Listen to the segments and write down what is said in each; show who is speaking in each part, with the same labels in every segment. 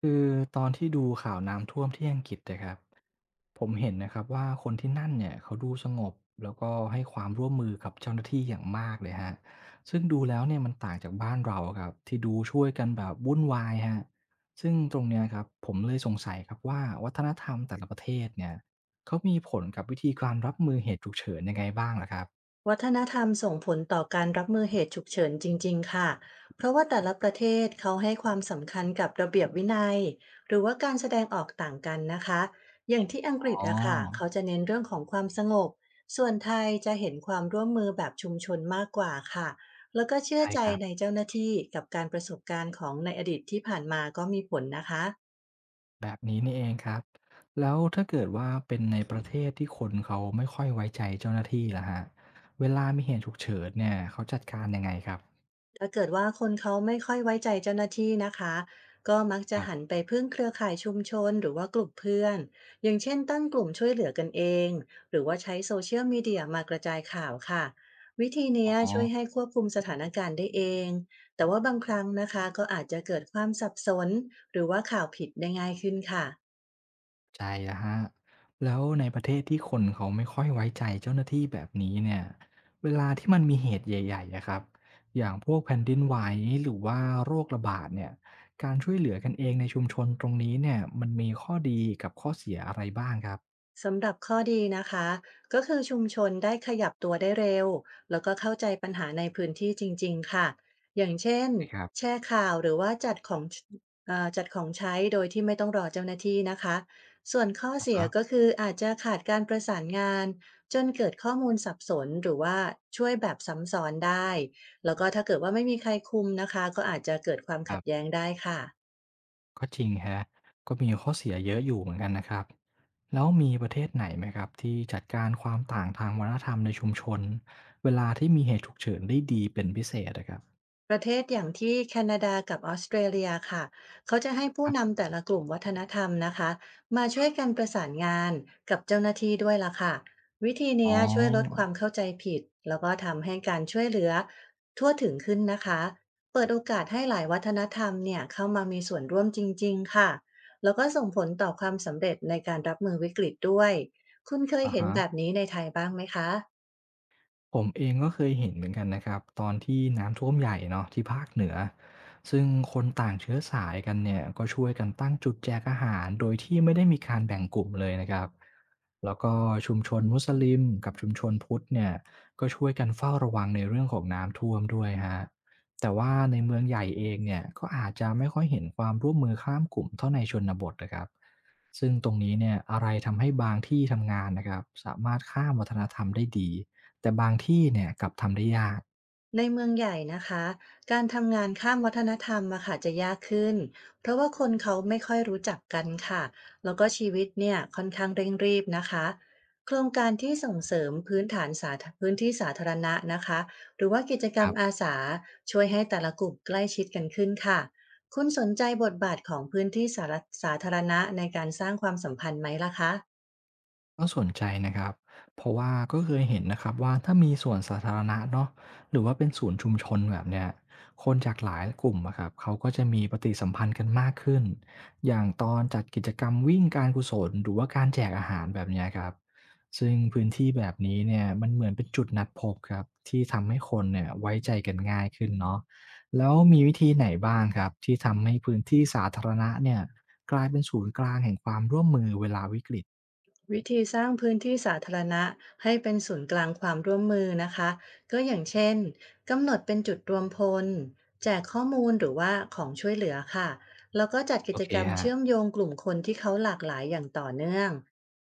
Speaker 1: คือตอนที่ดูข่าวน้ำท่วมที่อังกฤษนะครับผมเห็นนะครับว่าคนที่นั่นเนี่ยเขาดูสงบแล้วก็ให้ความร่วมมือกับเจ้าหน้าที่อย่างมากเลยฮะซึ่งดูแล้วเนี่ยมันต่างจากบ้านเราครับที่ดูช่วยกันแบบวุ่นวายฮะซึ่งตรงเนี้ยครับผมเลยสงสัยครับว่าวัฒนธรรมแต่ละประเทศเนี่ยเขามีผลกับวิธีการรับมือเหตุฉุกเฉินยังไงบ้างล่ะครับ
Speaker 2: วัฒนธรรมส่งผลต่อการรับมือเหตุฉุกเฉินจริงๆ ค่ะ เพราะว่าแต่ละประเทศเขาให้ความสำคัญกับระเบียบวินัยหรือว่าการแสดงออกต่างกันนะคะ อย่างที่อังกฤษ
Speaker 1: อ๋อ
Speaker 2: อะค่ะเขาจะเน้นเรื่องของความสงบส่วนไทยจะเห็นความร่วมมือแบบชุมชนมากกว่าค่ะ แล้วก็เชื่อ
Speaker 1: ใช่
Speaker 2: ใจ
Speaker 1: ครั
Speaker 2: ใน
Speaker 1: บ
Speaker 2: เจ้าหน้าที่กับการประสบการณ์ของในอดีตที่ผ่านมาก็มีผลนะคะ
Speaker 1: แบบนี้นี่เองครับแล้วถ้าเกิดว่าเป็นในประเทศที่คนเขาไม่ค่อยไว้ใจเจ้าหน้าที่ล่ะฮะเวลามีเหตุฉุกเฉินเนี่ยเขาจัดการยังไงครับ
Speaker 2: ถ้าเกิดว่าคนเขาไม่ค่อยไว้ใจเจ้าหน้าที่นะคะก็มัก
Speaker 1: ค
Speaker 2: จะ
Speaker 1: รั
Speaker 2: หัน
Speaker 1: บ
Speaker 2: ไปพึ่งเครือข่ายชุมชนหรือว่ากลุ่มเพื่อนอย่างเช่นตั้งกลุ่มช่วยเหลือกันเองหรือว่าใช้โซเชียลมีเดียมากระจายข่าวค่ะวิธี
Speaker 1: อ๋
Speaker 2: เนี้
Speaker 1: อ
Speaker 2: ยช่วยให้ควบคุมสถานการณ์ได้เองแต่ว่าบางครั้งนะคะก็อาจจะเกิดความสับสนหรือว่าข่าวผิดได้ง่ายขึ้นค่ะ
Speaker 1: ใจอะฮะแล้วในประเทศที่คนเขาไม่ค่อยไว้ใจเจ้าหน้าที่แบบนี้เนี่ยเวลาที่มันมีเหตุใหญ่ๆอะครับอย่างพวกแผ่นดินไหวหรือว่าโรคระบาดเนี่ยการช่วยเหลือกันเองในชุมชนตรงนี้เนี่ยมันมีข้อดีกับข้อเสียอะไรบ้างครับ
Speaker 2: สำหรับข้อดีนะคะก็คือชุมชนได้ขยับตัวได้เร็วแล้วก็เข้าใจปัญหาในพื้นที่จริงๆค่ะอย่างเช่น
Speaker 1: ใช่ครับ
Speaker 2: แชร์ข่าวหรือว่าจัดของจัดของใช้โดยที่ไม่ต้องรอเจ้าหน้าที่นะคะส่วนข้อ
Speaker 1: อะ
Speaker 2: เสีย
Speaker 1: ฮะ
Speaker 2: ก็คืออาจจะขาดการประสานงานจนเกิดข้อมูลสับสนหรือว่าช่วยแบบซ้ำซ้อนได้แล้วก็ถ้าเกิดว่าไม่มีใครคุมนะคะก็อาจจะเกิดความ
Speaker 1: ค
Speaker 2: ขัด
Speaker 1: รั
Speaker 2: แย้
Speaker 1: บ
Speaker 2: งได้ค่ะ
Speaker 1: ก็จริงครับก็มีข้อเสียเยอะอยู่เหมือนกันนะครับ แล้วมีประเทศไหนไหมครับที่จัดการความต่างทางวัฒนธรรมในชุมชนเวลาที่มีเหตุฉุกเฉินได้ดีเป็นพิเศษนะครับ
Speaker 2: ประเทศอย่างที่แคนาดากับออสเตรเลียค่ะ เขาจะให้
Speaker 1: ค
Speaker 2: ผู้
Speaker 1: รับ
Speaker 2: นำแต่ละกลุ่มวัฒนธรรมนะคะมาช่วยกันประสานงานกับเจ้าหน้าที่ด้วยล่ะค่ะวิธี
Speaker 1: อ๋
Speaker 2: เนี้ยช่วยลดค
Speaker 1: อ
Speaker 2: วามเข้าใจผิดแล้วก็ทำให้การช่วยเหลือทั่วถึงขึ้นนะคะเปิดโอกาสให้หลายวัฒนธรรมเนี่ยเข้ามามีส่วนร่วมจริงๆค่ะแล้วก็ส่งผลต่อความสำเร็จในการรับมือวิกฤตด้วยคุณเคย
Speaker 1: อะ
Speaker 2: เห็น
Speaker 1: ฮะ
Speaker 2: แบบนี้ในไทยบ้างไหมคะ
Speaker 1: ผมเองก็เคยเห็นเหมือนกันนะครับตอนที่น้ำท่วมใหญ่เนาะที่ภาคเหนือซึ่งคนต่างเชื้อสายกันเนี่ยก็ช่วยกันตั้งจุดแจกอาหารโดยที่ไม่ได้มีการแบ่งกลุ่มเลยนะครับแล้วก็ชุมชนมุสลิมกับชุมชนพุทธเนี่ยก็ช่วยกันเฝ้าระวังในเรื่องของน้ำท่วมด้วยฮะแต่ว่าในเมืองใหญ่เองเนี่ยก็อาจจะไม่ค่อยเห็นความร่วมมือข้ามกลุ่มเท่าในชนบทนะครับซึ่งตรงนี้เนี่ยอะไรทำให้บางที่ทำงานนะครับสามารถข้ามวัฒนธรรมได้ดี แต่บางที่เนี่ยกลับทำได้ยาก
Speaker 2: ในเมืองใหญ่นะคะการทำงานข้ามวัฒนธรรมอะค่ะจะยากขึ้นเพราะว่าคนเขาไม่ค่อยรู้จักกันค่ะแล้วก็ชีวิตเนี่ยค่อนข้างเร่งรีบนะคะโครงการที่ส่งเสริมพื้นฐานสาธพื้นที่สาธารณะนะคะหรือว่ากิจกร
Speaker 1: ค
Speaker 2: รม
Speaker 1: รับ
Speaker 2: อาสาช่วยให้แต่ละกลุ่มใกล้ชิดกันขึ้นค่ะคุณสนใจบทบาทของพื้นที่สาธารสาธารณะในการสร้างความสัมพันธ์ไหมล่ะคะ
Speaker 1: ก็สนใจนะครับเพราะว่าก็เคยเห็นนะครับว่าถ้ามีสวนสาธารณะเนาะหรือว่าเป็นศูนย์ชุมชนแบบเนี้ยคนจากหลายกลุ่มอะครับเขาก็จะมีปฏิสัมพันธ์กันมากขึ้นอย่างตอนจัดกิจกรรมวิ่งการกุศลหรือว่าการแจกอาหารแบบเนี้ยครับซึ่งพื้นที่แบบนี้เนี่ยมันเหมือนเป็นจุดนัดพบครับที่ทำให้คนเนี่ยไว้ใจกันง่ายขึ้นเนาะแล้วมีวิธีไหนบ้างครับที่ทำให้พื้นที่สาธารณะเนี่ยกลายเป็นศูนย์กลางแห่งความร่วมมือเวลาวิกฤต
Speaker 2: วิธีสร้างพื้นที่สาธารณะให้เป็นศูนย์กลางความร่วมมือนะคะก็อย่างเช่นกำหนดเป็นจุดรวมพลแจกข้อมูลหรือว่าของช่วยเหลือค่ะแล้วก็จัด
Speaker 1: โอ
Speaker 2: กิจ
Speaker 1: เค
Speaker 2: กรรม
Speaker 1: ฮะ
Speaker 2: เชื่อมโยงกลุ่มคนที่เขาหลากหลายอย่างต่อเนื่อง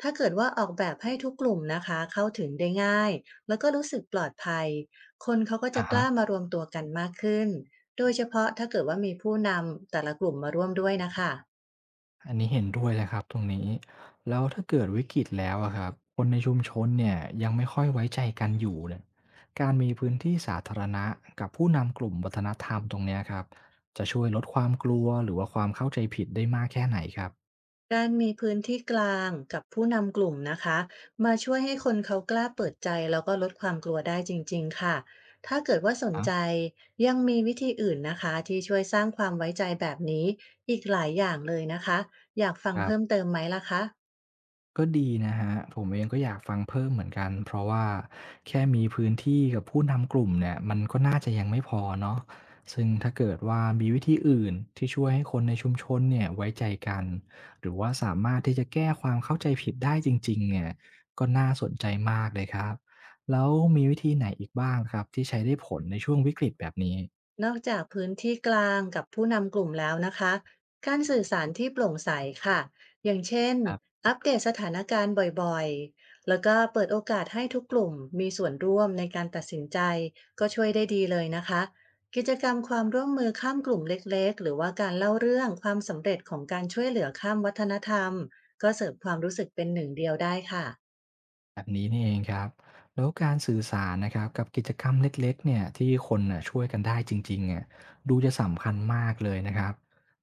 Speaker 2: ถ้าเกิดว่าออกแบบให้ทุกกลุ่มนะคะเข้าถึงได้ง่ายแล้วก็รู้สึกปลอดภัยคนเขาก็จะ
Speaker 1: อะ
Speaker 2: ก
Speaker 1: ฮะ
Speaker 2: ล้ามารวมตัวกันมากขึ้นโดยเฉพาะถ้าเกิดว่ามีผู้นำแต่ละกลุ่มมาร่วมด้วยนะคะ
Speaker 1: อันนี้เห็นด้วยเลยครับตรงนี้ แล้วถ้าเกิดวิกฤตแล้วอะครับ คนในชุมชนเนี่ยยังไม่ค่อยไว้ใจกันอยู่เนี่ยการมีพื้นที่สาธารณะกับผู้นำกลุ่มวัฒนธรรมตรงเนี้ยครับ จะช่วยลดความกลัวหรือว่าความเข้าใจผิดได้มากแค่ไหนครับ
Speaker 2: การมีพื้นที่กลางกับผู้นำกลุ่มนะคะมาช่วยให้คนเขากล้าเปิดใจแล้วก็ลดความกลัวได้จริงๆค่ะถ้าเกิดว่าสน
Speaker 1: อะ
Speaker 2: ใจยังมีวิธีอื่นนะคะที่ช่วยสร้างความไว้ใจแบบนี้อีกหลายอย่างเลยนะคะอยากฟัง
Speaker 1: ครั
Speaker 2: เพิ่ม
Speaker 1: บ
Speaker 2: เติมไหมล่ะคะ
Speaker 1: ก็ดีนะครับผมเองก็อยากฟังเพิ่มเหมือนกันเพราะว่าแค่มีพื้นที่กับผู้นำกลุ่มเนี่ยมันก็น่าจะยังไม่พอเนาะซึ่งถ้าเกิดว่ามีวิธีอื่นที่ช่วยให้คนในชุมชนเนี่ยไว้ใจกันหรือว่าสามารถที่จะแก้ความเข้าใจผิดได้จริงๆเนี่ยก็น่าสนใจมากเลยครับแล้วมีวิธีไหนอีกบ้างครับที่ใช้ได้ผลในช่วงวิกฤตแบบนี้
Speaker 2: นอกจากพื้นที่กลางกับผู้นำกลุ่มแล้วนะคะการสื่อสารที่โปร่งใสค่ะอย่างเช่น
Speaker 1: ครับ
Speaker 2: อัปเดตสถานการณ์บ่อยๆแล้วก็เปิดโอกาสให้ทุกกลุ่มมีส่วนร่วมในการตัดสินใจก็ช่วยได้ดีเลยนะคะกิจกรรมความร่วมมือข้ามกลุ่มเล็กๆ หรือว่าการเล่าเรื่องความสำเร็จของการช่วยเหลือข้ามวัฒนธรรมก็เสริมความรู้สึกเป็นหนึ่งเดียวได้ค่ะ
Speaker 1: แบบนี้นี่เองครับแล้วการสื่อสารนะครับกับกิจกรรมเล็กๆเนี่ยที่คนน่ะช่วยกันได้จริงๆเนี่ยดูจะสำคัญมากเลยนะครับ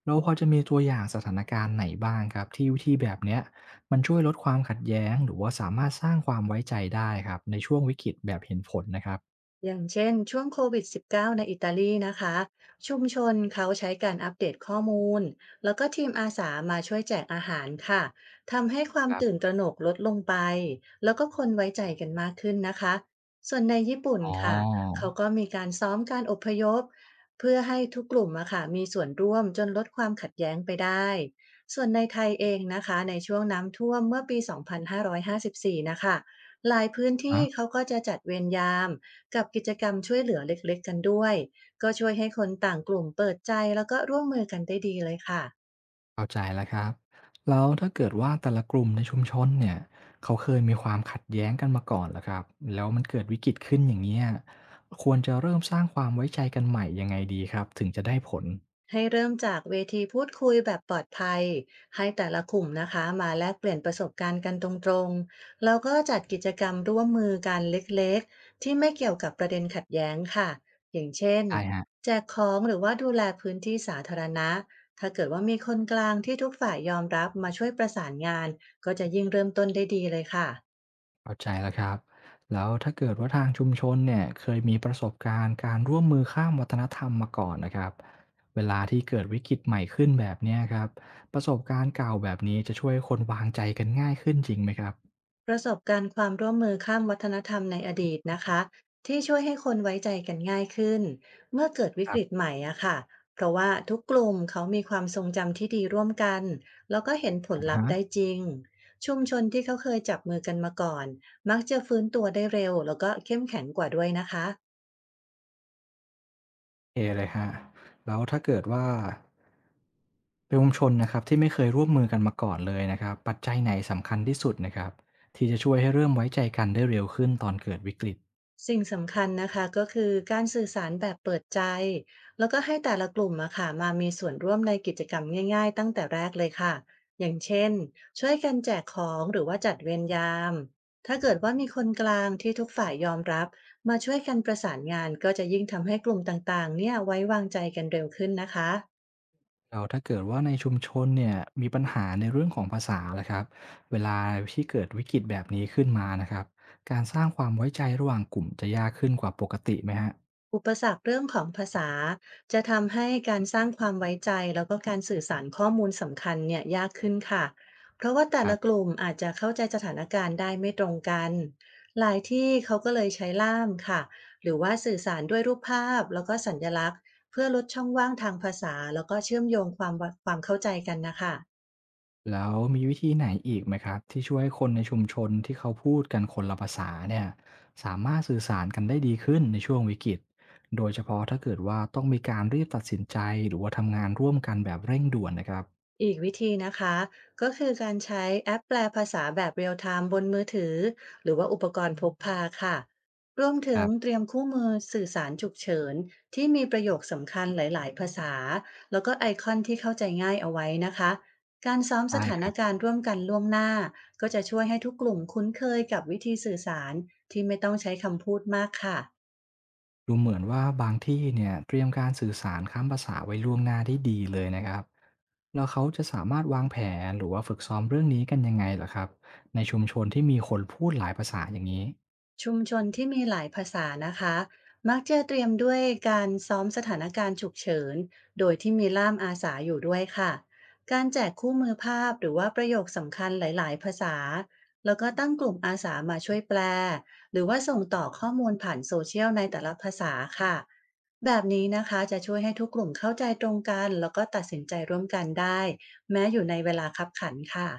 Speaker 1: แล้วพอจะมีตัวอย่างสถานการณ์ไหนบ้างครับที่วิธีแบบเนี้ยมันช่วยลดความขัดแย้งหรือว่าสามารถสร้างความไว้ใจได้ครับในช่วงวิกฤตแบบเห็นผลนะครับ
Speaker 2: อย่างเช่นช่วงโควิด -19 ในอิตาลีนะคะชุมชนเขาใช้การอัปเดตข้อมูลแล้วก็ทีมอาสามาช่วยแจกอาหารค่ะทำให้ควา
Speaker 1: ค
Speaker 2: ม
Speaker 1: รั
Speaker 2: ตื่น
Speaker 1: บ
Speaker 2: ตระหนกลดลงไปแล้วก็คนไว้ใจกันมากขึ้นนะคะส่วนในญี่ปุ่น
Speaker 1: อ๋
Speaker 2: ค่ะ
Speaker 1: อ
Speaker 2: เขาก็มีการซ้อมการอพยพเพื่อให้ทุกกลุ่มอะค่ะมีส่วนร่วมจนลดความขัดแย้งไปได้ส่วนในไทยเองนะคะในช่วงน้ำท่วมเมื่อปี2554นะคะหลายพื้นที่
Speaker 1: อะ
Speaker 2: เขาก็จะจัดเวรยาม กับกิจกรรมช่วยเหลือเล็กๆกันด้วยก็ช่วยให้คนต่างกลุ่มเปิดใจแล้วก็ร่วมมือกันได้ดีเลยค่ะ
Speaker 1: เข้าใจแล้วครับแล้วถ้าเกิดว่าแต่ละกลุ่มในชุมชนเนี่ยเขาเคยมีความขัดแย้งกันมาก่อนแล้วครับแล้วมันเกิดวิกฤตขึ้นอย่างเงี้ยควรจะเริ่มสร้างความไว้ใจกันใหม่ยังไงดีครับถึงจะได้ผล
Speaker 2: ให้เริ่มจากเวทีพูดคุยแบบปลอดภัยให้แต่ละกลุ่มนะคะมาแลกเปลี่ยนประสบการณ์กันตรงๆแล้วก็จัดกิจกรรมร่วมมือกันเล็กๆที่ไม่เกี่ยวกับประเด็นขัดแย้งค่ะอย่างเช่น
Speaker 1: ได้ฮะ
Speaker 2: แจกของหรือว่าดูแลพื้นที่สาธารณะถ้าเกิดว่ามีคนกลางที่ทุกฝ่ายยอมรับมาช่วยประสานงานก็จะยิ่งเริ่มต้นได้ดีเลยค่ะ
Speaker 1: เข้าใจแล้วครับแล้วถ้าเกิดว่าทางชุมชนเนี่ยเคยมีประสบการณ์การร่วมมือข้ามวัฒนธรรมมาก่อนนะครับเวลาที่เกิดวิกฤตใหม่ขึ้นแบบเนี้ยครับประสบการณ์เก่าแบบนี้จะช่วยคนวางใจกันง่ายขึ้นจริงไหมครับ
Speaker 2: ประสบการณ์ความร่วมมือข้ามวัฒนธรรมในอดีตนะคะที่ช่วยให้คนไว้ใจกันง่ายขึ้นเมื่อเกิดวิ
Speaker 1: ค
Speaker 2: ก
Speaker 1: รั
Speaker 2: ฤต
Speaker 1: บ
Speaker 2: ใหม่อะค่ะเพราะว่าทุกกลุ่มเขามีความทรงจำที่ดีร่วมกันแล้วก็เห็นผล
Speaker 1: อา
Speaker 2: ลัพ
Speaker 1: ฮะ
Speaker 2: ธ์ได้จริงชุมชนที่เขาเคยจับมือกันมาก่อนมักจะฟื้นตัวได้เร็วแล้วก็เข้มแข็งกว่าด้วยนะคะ
Speaker 1: เคเลยคะแล้วถ้าเกิดว่าเป็นชุมชนนะครับที่ไม่เคยร่วมมือกันมาก่อนเลยนะครับปัจจัยไหนสำคัญที่สุดนะครับที่จะช่วยให้เริ่มไว้ใจกันได้เร็วขึ้นตอนเกิดวิกฤต
Speaker 2: สิ่งสำคัญนะคะก็คือการสื่อสารแบบเปิดใจแล้วก็ให้แต่ละกลุ่มอะค่ะมามีส่วนร่วมในกิจกรรมง่ายๆตั้งแต่แรกเลยค่ะอย่างเช่นช่วยกันแจกของหรือว่าจัดเวรยามถ้าเกิดว่ามีคนกลางที่ทุกฝ่ายยอมรับมาช่วยกันประสานงานก็จะยิ่งทำให้กลุ่มต่างๆเนี่ยไว้วางใจกันเร็วขึ้นนะคะ
Speaker 1: แล้วถ้าเกิดว่าในชุมชนเนี่ยมีปัญหาในเรื่องของภาษาล่ะครับเวลาที่เกิดวิกฤตแบบนี้ขึ้นมานะครับการสร้างความไว้ใจระหว่างกลุ่มจะยากขึ้นกว่าปกติไหมฮะ
Speaker 2: อุปสรรคเรื่องของภาษาจะทำให้การสร้างความไว้ใจแล้วก็การสื่อสารข้อมูลสำคัญเนี่ยยากขึ้นค่ะเพราะว่าแต่
Speaker 1: ครั
Speaker 2: ละก
Speaker 1: บ
Speaker 2: ลุ่มอาจจะเข้าใจสถานการณ์ได้ไม่ตรงกันหลายที่เขาก็เลยใช้ล่ามค่ะหรือว่าสื่อสารด้วยรูปภาพแล้วก็สัญลักษณ์เพื่อลดช่องว่างทางภาษาแล้วก็เชื่อมโยงความเข้าใจกันนะคะ
Speaker 1: แล้วมีวิธีไหนอีกไหมครับที่ช่วยคนในชุมชนที่เขาพูดกันคนละภาษาเนี่ยสามารถสื่อสารกันได้ดีขึ้นในช่วงวิกฤตโดยเฉพาะถ้าเกิดว่าต้องมีการรีบตัดสินใจหรือว่าทำงานร่วมกันแบบเร่งด่วนนะครับ
Speaker 2: อีกวิธีนะคะก็คือการใช้แอปแปลภาษาแบบเรียลไทม์บนมือถือหรือว่าอุปกรณ์พกพาค่ะรวม
Speaker 1: ค
Speaker 2: ถึง
Speaker 1: รับ
Speaker 2: เตรียมคู่มือสื่อสารฉุกเฉินที่มีประโยคสำคัญหลายๆภาษาแล้วก็ไอคอนที่เข้าใจง่ายเอาไว้นะคะการซ้อม
Speaker 1: ใช่
Speaker 2: สถา
Speaker 1: ค
Speaker 2: น
Speaker 1: รับ
Speaker 2: การณ์ร่วมกันล่วงหน้าก็จะช่วยให้ทุกกลุ่มคุ้นเคยกับวิธีสื่อสารที่ไม่ต้องใช้คำพูดมากค่ะ
Speaker 1: ดูเหมือนว่าบางที่เนี่ยเตรียมการสื่อสารข้ามภาษาไว้ล่วงหน้าได้ดีเลยนะครับแล้วเขาจะสามารถวางแผนหรือว่าฝึกซ้อมเรื่องนี้กันยังไงล่ะครับในชุมชนที่มีคนพูดหลายภาษาอย่างนี้
Speaker 2: ชุมชนที่มีหลายภาษานะคะมักจะเตรียมด้วยการซ้อมสถานการณ์ฉุกเฉินโดยที่มีล่ามอาสาอยู่ด้วยค่ะการแจกคู่มือภาพหรือว่าประโยคสำคัญหลายๆภาษาแล้วก็ตั้งกลุ่มอาสามาช่วยแปลหรือว่าส่งต่อข้อมูลผ่านโซเชียลในแต่ละภาษาค่ะแบบนี้นะคะจะช่วยให้ทุกกลุ่มเข้าใจตรงกันแล้วก็ตัดสินใจร่วมกันได้แม้อยู่ในเวลาคับขันค่ะ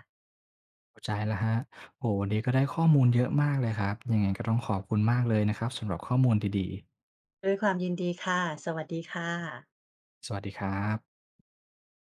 Speaker 1: เข้าใจแล้วฮะโอ้โฮวันนี้ก็ได้ข้อมูลเยอะมากเลยครับ ยังไงก็ต้องขอบคุณมากเลยนะครับสำหรับข้อมูลดีๆ
Speaker 2: ด้วยความยินดีค่ะสวัสดีค่ะ
Speaker 1: สวัสดีครับ